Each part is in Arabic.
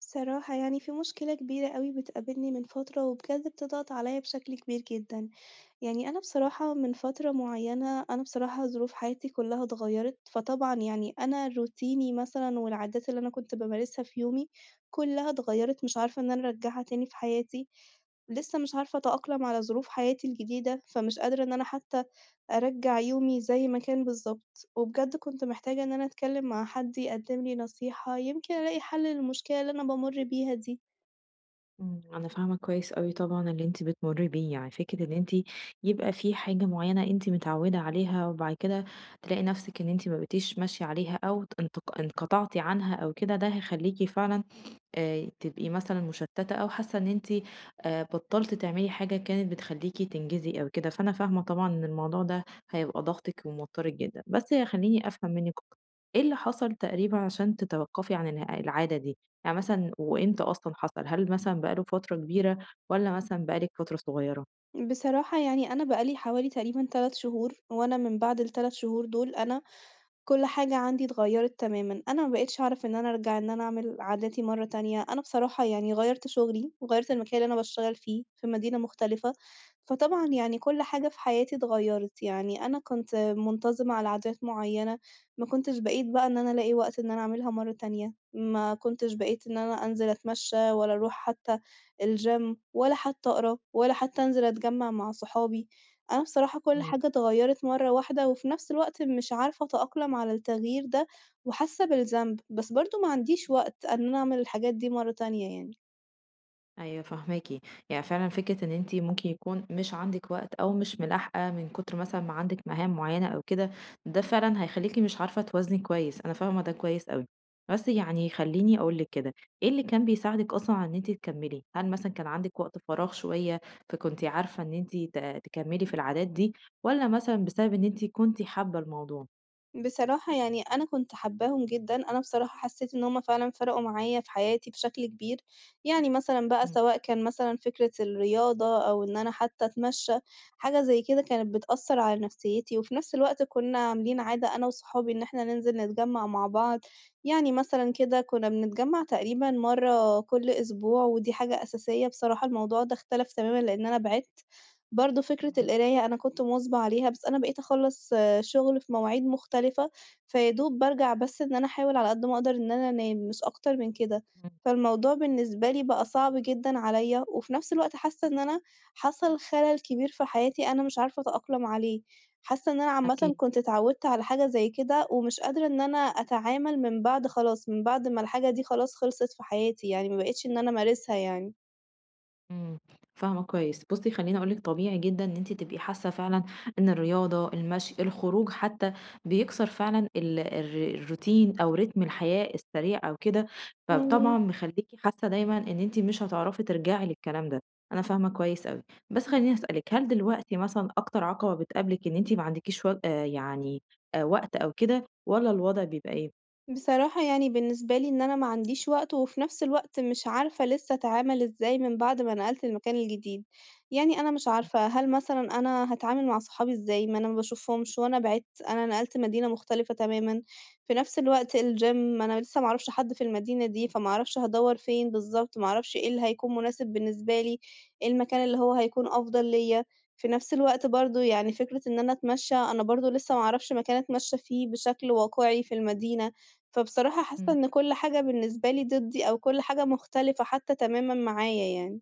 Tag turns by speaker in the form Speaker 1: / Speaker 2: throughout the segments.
Speaker 1: بصراحة يعني في مشكلة كبيرة أوي بتقابلني من فترة وبجد بتضغط عليا بشكل كبير جدًا، يعني أنا بصراحة من فترة معينة أنا بصراحة ظروف حياتي كلها اتغيّرت، فطبعًا يعني أنا روتيني مثلًا والعادات اللي أنا كنت بامارسها في يومي كلها اتغيّرت، مش عارفة إن أنا أرجّعها تاني في حياتي، لسه مش عارفة أتأقلم على ظروف حياتي الجديدة، فمش قادرة إن أنا حتى أرجّع يومي زي ما كان بالضبط، وبجد كنت محتاجة إن أنا أتكلّم مع حد يقدّم لي نصيحة، يمكن ألاقي حَل للمشكلة اللي أنا بامُر بيها دي.
Speaker 2: إمم، أنا فاهمة كويس أوي طبعًا اللي أنتِ بتمُرّي بيه، يعني فكرة إن أنتِ يبقى في حاجة معيّنة أنتِ متعوّدة عليها وبعد كده تلاقي نَفْسِك إن أنتِ ما بقيتيش ماشية عليها أو ت انتق انقطعتِ عنها أو كده، ده هيخلّيكِ فعلًا تبقي مثلًا مشتتة أو حاسة إن أنتِ بطلتِ تعملي حاجة كانت بتخليكِ تنجزي أو كده، فأنا فاهمة طبعًا إن الموضوع ده هيبقى ضاغطِك وموترِك جدًا، بس خلّيني أفهم منِّك أكتر، إيه اللي حصل تقريبًا عشان تتوقفي عن العادة دي؟ يعني مثلًا وإمتى أصلًا حصل؟ هل مثلًا بقى له فترة كبيرة والّا مثلًا بقى لِك فترة صغيرة؟
Speaker 1: بصراحة يعني أنا بقى لي حوالي تقريبًا 3 شهور، وأنا من بعد ال3 شهور دول أنا كل حاجة عندي اتغيّرت تمامًا، أنا ما بقيتش أعرف إن أنا أرجع إن أنا أعمل عاداتي مرّة تانية، أنا بصراحة يعني غيّرت شغلي، وغيّرت المكان اللي أنا باشتغل فيه في مدينة مختلفة، فطبعًا يعني كل حاجة في حياتي اتغيّرت، يعني أنا كنت منتظمة على عادات معيّنة، ما كنتش بقيت بقى إن أنا ألاقي وقت إن أنا أعملها مرّة تانية، ما كنتش بقيت إن أنا أنزل أتمشّى ولا أروح حتى الgym ولا حتى أقرا ولا حتى أنزل أتجمّع مع صحابي. أنا بصراحة كل
Speaker 2: إمم.
Speaker 1: حاجة اتغيّرت مرّة واحدة، وفي نفس الوقت مش عارفة أتأقلم على التغيير ده، وحاسة بالذنب، بس برضه ما عنديش وقت إن أنا أعمل الحاجات دي مرّة تانية يعني.
Speaker 2: أيوه فاهماكِ، يعني فعلًا فكرة إن أنتِ ممكن يكون مش عندِك وقت أو مش ملاحقة من كتر مثلًا ما عندِك مهام معيّنة أو كده، ده فعلًا هيخلّيكِ مش عارفة توازني كويس، أنا فاهمة ده كويس أوي. بس يعني خلّيني أقول لِك كده، إيه اللي كان بيساعدِك أصلًا على إن أنتِ تكمّلي؟ هل مثلًا كان عندِك وقت فراغ شوية، فكنتِ عارفة إن أنتِ تكمّلي في العادات دي والّا مثلًا بسبب إن أنتِ كنتِ حابة الموضوع؟
Speaker 1: بصراحة يعني أنا كنت حاباهم جدًا، أنا بصراحة حسيت إن هُم فعلًا فرقوا معايا في حياتي بشكل كبير، يعني مثلًا بقى
Speaker 2: إمم،
Speaker 1: سواء كان مثلًا فكرة الرياضة أو إن أنا حتى أتمشى، حاجة زي كده كانت بتأثّر على نفسيتي، وفي نفس الوقت كنا عاملين عادة أنا وصحابي إن إحنا ننزل نتجمّع مع بعض، يعني مثلًا كده كنا بنتجمّع تقريبًا مرّة كل أسبوع، ودي حاجة أساسية بصراحة الموضوع ده اختلف تمامًا لإن أنا بعدت، برضه فكرة
Speaker 2: إمم،
Speaker 1: القراية أنا كنت مواظبة عليها، بس أنا بقيت أخلّص شغل في مواعيد مختلفة، فيا دوب بارجع بس إن أنا أحاول على قد ما أقدر إن أنا أنام، مش أكتر من كده.
Speaker 2: إمم،
Speaker 1: فالموضوع بالنسبة لي بقى صعب جدًا عليَّ، وفي نفس الوقت حاسة إن أنا حصل خلل كبير في حياتي أنا مش عارفة أتأقلم عليه. حاسة إن أنا عامةً
Speaker 2: أكيد.
Speaker 1: كنت اتعودت على حاجة زي كده، ومش قادرة إن أنا أتعامل من بعد خلاص، من بعد ما الحاجة دي خلاص خلصت في حياتي، يعني ما بقيتش إن أنا أمارسها يعني.
Speaker 2: إمم، فاهمة كويس. بُصّي خلّيني أقول لِك طبيعي جدًا إن أنتِ تبقي حاسة فعلًا إن الرياضة، المشي، الخروج حتى بيكسر فعلًا ال الر الروتين أو رتم الحياة السريع أو كده،
Speaker 1: إمم.
Speaker 2: فطبعًا مخلّيكِ حاسة دايمًا إن أنتِ مش هتعرفي ترجعي للكلام ده، أنا فاهمة كويس أوي. بس خلّيني أسألِك، هل دلوقتي مثلًا أكتر عقبة بتقابلِك إن أنتِ ما عندكيش و يعني وقت أو كده والّا الوضع بيبقى إيه؟
Speaker 1: بصراحة يعني بالنسبة لي إن أنا ما عنديش وقت، وفي نفس الوقت مش عارفة لسه أتعامل إزاي من بعد ما نقلت المكان الجديد، يعني أنا مش عارفة هل مثلًا أنا هاتعامل مع صحابي إزاي؟ ما أنا ما باشوفهمش وأنا بعِدت، أنا نقلت مدينة مختلفة تمامًا، في نفس الوقت الgym أنا لسه ما أعرفش حد في المدينة دي، فما أعرفش هادوّر فين بالضبط، ما أعرفش إيه اللي هيكون مناسب بالنسبة لي، إيه المكان اللي هو هيكون أفضل ليّا، في نفس الوقت برضه يعني فكرة إن أنا أتمشى، أنا برضه لسه ما أعرفش مكان أتمشى فيه بشكل واقعي في المدينة. فبصراحة حاسة
Speaker 2: إمم.
Speaker 1: إن كل حاجة بالنسبة لي ضدّي أو كل حاجة مختلفة حتى تمامًا معايا يعني.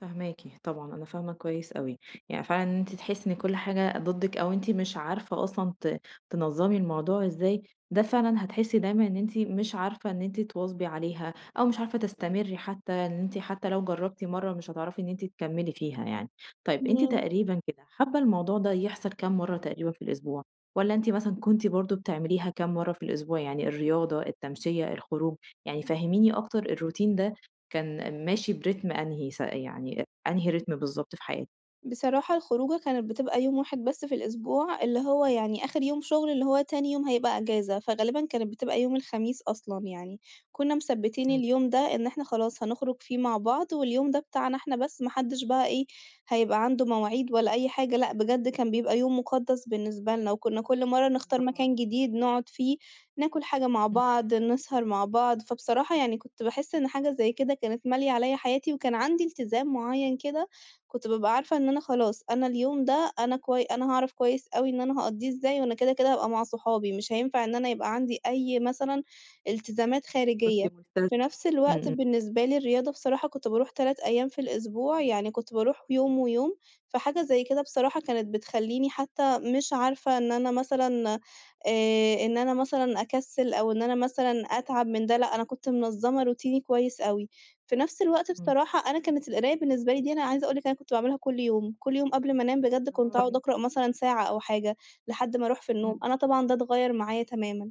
Speaker 2: فاهماكِ، طبعًا أنا فاهمة كويس أوي، يعني فعلًا إن أنتِ تحسّي إن كل حاجة ضدِّك أو أنتِ مش عارفة أصلًا تنظّمي الموضوع إزاي، ده فعلًا هتحسّي دايمًا إن أنتِ مش عارفة إن أنتِ تواظبي عليها، أو مش عارفة تستمري حتى إن أنتِ حتى لو جرّبتِ مرّة مش هتعرفي إن أنتِ تكمّلي فيها يعني. طيب أنتِ
Speaker 1: إمم.
Speaker 2: تقريبًا كده حابة الموضوع ده يحصل كام مرّة تقريبًا في الأسبوع؟ والّا أنتِ مثلًا كنتِ برضه بتعمليها كام مرّة في الأسبوع، يعني الرياضة، التمشية، الخروج، يعني فهّميني أكتر الroutine ده كان ماشي برتم أنهي س يعني أنهي رتم بالضبط في حياتِك؟
Speaker 1: بصراحة الخروجة كانت بتبقى يوم واحد بس في الأسبوع، اللي هو يعني آخر يوم شغل، اللي هو تاني يوم هيبقى إجازة، فغالبًا كانت بتبقى يوم الخميس أصلًا يعني، كنا مثبتين
Speaker 2: إمم،
Speaker 1: اليوم ده إن إحنا خلاص هنخرج فيه مع بعض، واليوم ده بتاعنا إحنا بس، ما حدش بقى إيه هيبقى عنده مواعيد ولا أي حاجة، لأ بجد كان بيبقى يوم مقدس بالنسبة لنا، وكنا كل مرة نختار
Speaker 2: برافو
Speaker 1: مكان
Speaker 2: عليكِ،
Speaker 1: جديد نقعد فيه، ناكل حاجة مع
Speaker 2: إمم.
Speaker 1: بعض، نسهر مع بعض، فبصراحة يعني كنت باحس إن حاجة زي كده كانت مالية عليَّ حياتي، وكان عندي التزام معين كده كنت بابقى عارفة إن أنا خلاص، أنا اليوم ده أنا هاعرف كويس أوي إن أنا هاقضّيه إزاي، وأنا كده، كده هابقى مع صحابي، مش هينفع إن أنا يبقى عندي أي مثلًا التزامات
Speaker 2: كنتِ
Speaker 1: خارجية. في
Speaker 2: ملتزمة،
Speaker 1: نفس
Speaker 2: إمم،
Speaker 1: الوقت
Speaker 2: إمم.
Speaker 1: بالنسبة لي الرياضة بصراحة كنت باروح 3 أيام في الأسبوع، يعني كنت باروح يوم ويوم، فحاجة زي كده بصراحة كانت بتخلّيني حتى مش عارفة إن أنا مثلًا إن أنا مثلًا أكسّل أو إن أنا مثلًا أتعب من ده، لأ، أنا كنت منظّمة روتيني كويس أوي. في نفس الوقت
Speaker 2: إمم،
Speaker 1: بصراحة أنا كانت القراية بالنسبة لي دي أنا عايزة أقول لِك أنا كنت باعملها كل يوم، كل يوم قبل ما أنام بجد كنت
Speaker 2: برافو
Speaker 1: أقعد
Speaker 2: عليكِ،
Speaker 1: أقرأ مثلًا ساعة أو حاجة، لحد ما أروح في النوم،
Speaker 2: إمم.
Speaker 1: أنا طبعًا ده اتغيّر معايا تمامًا.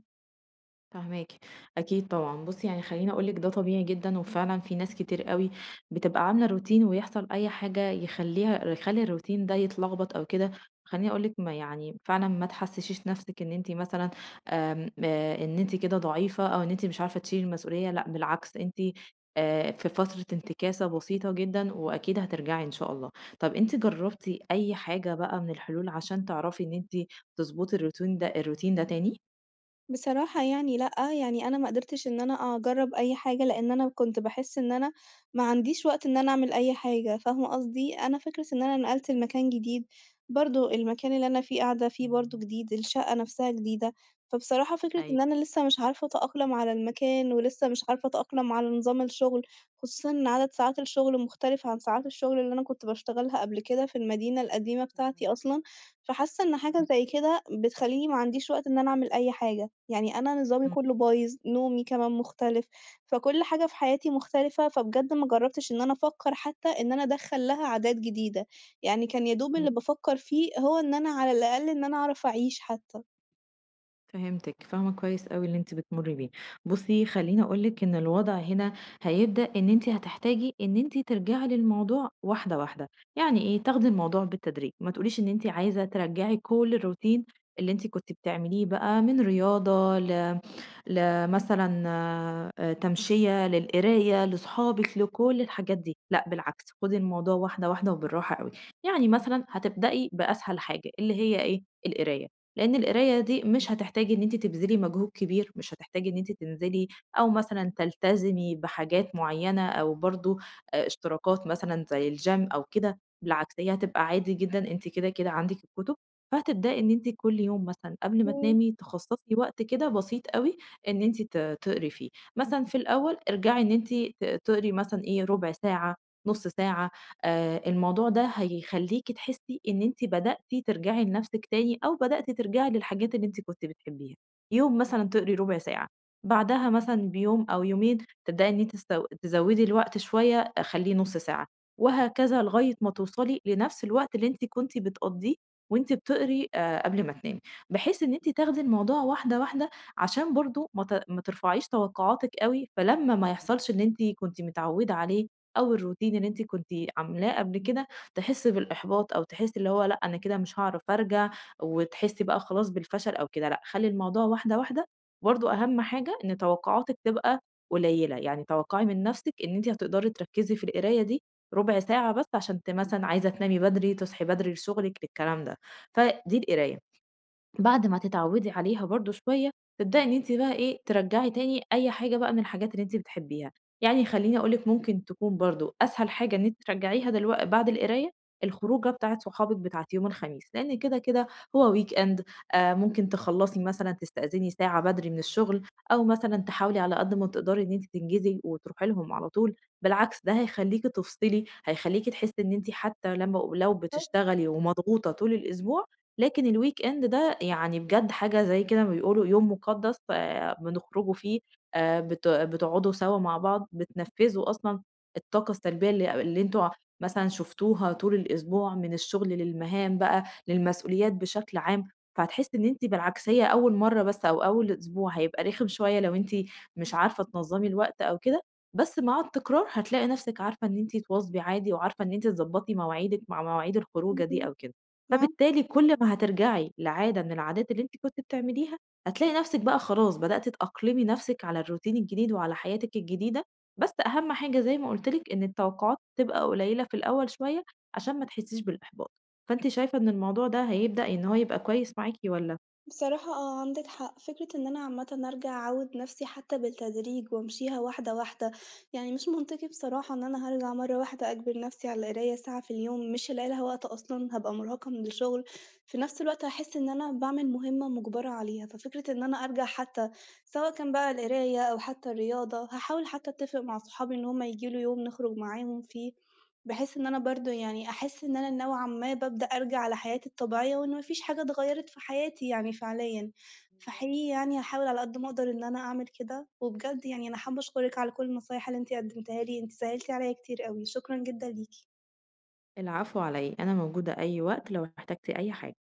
Speaker 2: فاهماكِ، أكيد طبعًا. بُصّي، يعني خلّيني أقول لِك ده طبيعي جدًا، وفعلًا في ناس كتير أوي بتبقى عاملة روتين ويحصل أي حاجة يخلّي الروتين ده يتلخبط أو كده. خلّيني أقول لِك ما يعني فعلًا ما تحسّسيش نَفْسِك إن أنتِ مثلًا آمم، إن أنتِ كده ضعيفة أو إن أنتِ مش عارفة تشيلي المسؤولية، لأ بالعكس، أنتِ في فترة انتكاسة بسيطة جدًا وأكيد هترجعي إن شاء الله. طَب أنتِ جرّبتِ أي حاجة بقى من الحلول عشان تعرفي إن أنتِ تضبطي الروتين ده تاني؟
Speaker 1: بصراحة يعني لأ، يعني أنا ما قدرتش إن أنا أجرّب أي حاجة، لإن أنا كنت باحس إن أنا ما عنديش وقت إن أنا أعمل أي حاجة، فاهمة قصدي؟ أنا فكرة إن أنا نقلت لمكان جديد، برضه المكان اللي أنا فيه قاعدة فيه برضه جديد، الشقة نفسها جديدة، فبصراحة فكرة
Speaker 2: أيوه.
Speaker 1: إن أنا لسه مش عارفة أتأقلم على المكان، ولسه مش عارفة أتأقلم على نظام الشغل، خصوصًا إن عدد ساعات الشغل مختلف عن ساعات الشغل اللي أنا كنت باشتغلها قبل كده في المدينة القديمة بتاعتي
Speaker 2: فاهماكِ.
Speaker 1: أصلًا، فحاسة إن حاجة
Speaker 2: إمم.
Speaker 1: زي كده بتخلّيني ما عنديش وقت إن أنا أعمل أي حاجة. يعني أنا نظامي كلّه
Speaker 2: إمم،
Speaker 1: بايظ، نومي كمان مختلف، فكل حاجة في حياتي مختلفة، فبجد ما جرّبتش إن أنا أفكّر حتى إن أنا أدخّل لها عادات جديدة، يعني كان يا دوب اللي
Speaker 2: إمم،
Speaker 1: بافكّر فيه هو إن أنا على الأقل إن أنا أعرف أعيش حتى.
Speaker 2: فهمتِك، فاهمة كويس أوي اللي أنتِ بتمُرّي بيه. بُصّي، خلّيني أقول لِك إن الوضع هنا هيبدأ إن أنتِ هتحتاجي إن أنتِ ترجعي للموضوع واحدة، واحدة، يعني إيه، تاخدي الموضوع بالتدريج، ما تقوليش إن أنتِ عايزة ترجّعي كل الroutine اللي أنتِ كنتِ بتعمليه بقى من رياضة لمثلًا تمشية، للقراية، لصحابِك، لكل الحاجات دي، لأ بالعكس، خُدي الموضوع واحدة، واحدة وبالراحة أوي. يعني مثلًا هتبدئي بأسهل حاجة اللي هي إيه، القراية. لأن القراية دي مش هتحتاجي إن أنتِ تبذلي مجهود كبير، مش هتحتاجي إن أنتِ تنزلي أو مثلًا تلتزمي بحاجات معيّنة أو برضه اشتراكات مثلًا زي الgym أو كده، بالعكس هي هتبقى عادي جدًا أنتِ كده، كده عندِك الكتب، فهتبدئي إن أنتِ كل يوم مثلًا قبل ما
Speaker 1: إمم،
Speaker 2: تنامي تخصصي وقت كده بسيط أوي إن أنتِ تقري فيه، مثلًا في الأول ارجعي إن أنتِ تقري مثلًا إيه ربع ساعة، نُص ساعة، الموضوع ده هيخلّيكِ تحسّي إن أنتِ بدأتِ ترجعي لنَفْسِك تاني أو بدأتِ ترجعي للحاجات اللي أنتِ كنتِ بتحبيها. يوم مثلًا تقري رُبع ساعة، بعدها مثلًا بيوم أو يومين تبدئي إن أنتِ تزوّدي الوقت شوية آه، خلّيه نُص ساعة، وهكذا لغاية ما توصلي لنَفْس الوقت اللي أنتِ كنتِ بتقضّيه وأنتِ بتقري قبل ما تنامي، بحيث إن أنتِ تاخدي الموضوع واحدة، واحدة عشان برضه ما ترفعيش توقعاتِك أوي، فلمّا ما يحصلش اللي أنتِ كنتِ متعوّدة عليه أو الروتين اللي أنتِ كنتِ عاملاه قبل كده، تحسي بالإحباط أو تحسي اللي هو لأ، أنا كده مش هاعرف أرجع، وتحسي بقى خلاص بالفشل أو كده، لأ، خلّي الموضوع واحدة، واحدة، وبرضه أهم حاجة إن توقعاتِك تبقى قليلة، يعني توقعي من نفسِك إن أنتِ هتقدري تركّزي في القراية دي ربع ساعة بس عشان مثلًا عايزة تنامي بدري، تصحي بدري لشغلِك، للكلام ده، فدي القراية. بعد ما تتعودي عليها برضه شوية، تبدئي إن أنتِ بقى إيه، ترجّعي تاني أي حاجة بقى من الحاجات اللي أنتِ بتحبيها، يعني خلّيني أقول لِك ممكن تكون برضه أسهل حاجة إن أنتِ ترجّعيها دلوق بعد القراية، الخروجة بتاعة صحابِك بتاعة يوم الخميس، لإن كده، كده هو weekend ممكن تخلّصي مثلًا تستأذني ساعة بدري من الشغل، أو مثلًا تحاولي على قد ما تقدري إن أنتِ تنجزي وتروحي لهم على طول، بالعكس ده هيخلّيكِ تفصلي، هيخلّيكِ تحسّي إن أنتِ حتى لمّا لو
Speaker 1: بالضبط،
Speaker 2: بتشتغلي ومضغوطة طول الأسبوع، لكن الweekend ده يعني بجد حاجة زي كده ما بيقولوا يوم مقدس بنخرجوا فيه، بت بتقعدوا سوا مع بعض، بتنفّذوا أصلًا الطاقة السلبية اللي أنتم مثلًا شُفتوها طول الأسبوع من الشغل للمهام بقى، للمسؤوليات بشكل عام، فهتحسّي إن أنتِ بالعكسية أول مرّة بس أو أول أسبوع هيبقى رخم شوية لو أنتِ مش عارفة تنظّمي الوقت أو كده، بس مع التكرار هتلاقي نَفْسِك عارفة إن أنتِ تواظبي عادي وعارفة إن أنتِ تضبّطي مواعيدِك مع مواعيد
Speaker 1: إمم.
Speaker 2: الخروجة دي
Speaker 1: إمم.
Speaker 2: أو كده.
Speaker 1: معاك
Speaker 2: فبالتالي كل ما هترجعي لعادة من العادات اللي أنتِ كنتِ بتعمليها، هتلاقي نفسِك بقى خلاص بدأتِ تأقلمي نفسِك على الروتين الجديد وعلى حياتِك الجديدة، بس أهم حاجة زي ما قُلت لِك إن التوقعات تبقى قليلة في الأول شوية عشان ما تحسيش بالإحباط. فأنتِ شايفة إن الموضوع ده هيبدأ إن هو يبقى كويس معاكِ والّا؟
Speaker 1: بصراحة آه عندِك حق، فكرة إن أنا عامةً أرجع أعوِّد نَفْسي حتى بالتدريج وأمشيها واحدة، واحدة، يعني مش منطقي بصراحة إن أنا هارجع مرّة واحدة أجبر نَفْسي على القراية ساعة في اليوم، مش هالاقي لها وقت أصلًا، هابقى مرهقة من الشغل، في نَفْس الوقت هاحس إن أنا باعمل مهمة مُجبرة عليها، ففكرة إن أنا أرجع حتى سواء كان بقى القراية أو حتى الرياضة، هاحاول حتى أتّفق مع صحابي إن هم ييجوا لي يوم نخرج معاهم فيه، بحيث إن أنا برضه يعني أحس إن أنا نوعًا ما بابدأ أرجع لحياتي الطبيعية وإن ما فيش حاجة اتغيّرت في حياتي يعني فعليًا، فحقيقي يعني هاحاول على قد ما أقدر إن أنا أعمل كده، وبجد يعني أنا حابة أشكرِك على كل النصايح اللي أنتِ قدّمتيها لي، أنتِ سهّلتِ عليّا كتير أوي، شكرًا جدًا ليكِ.
Speaker 2: العفو على إيه، أنا موجودة أي وقت لو احتجتِ أي حاجة.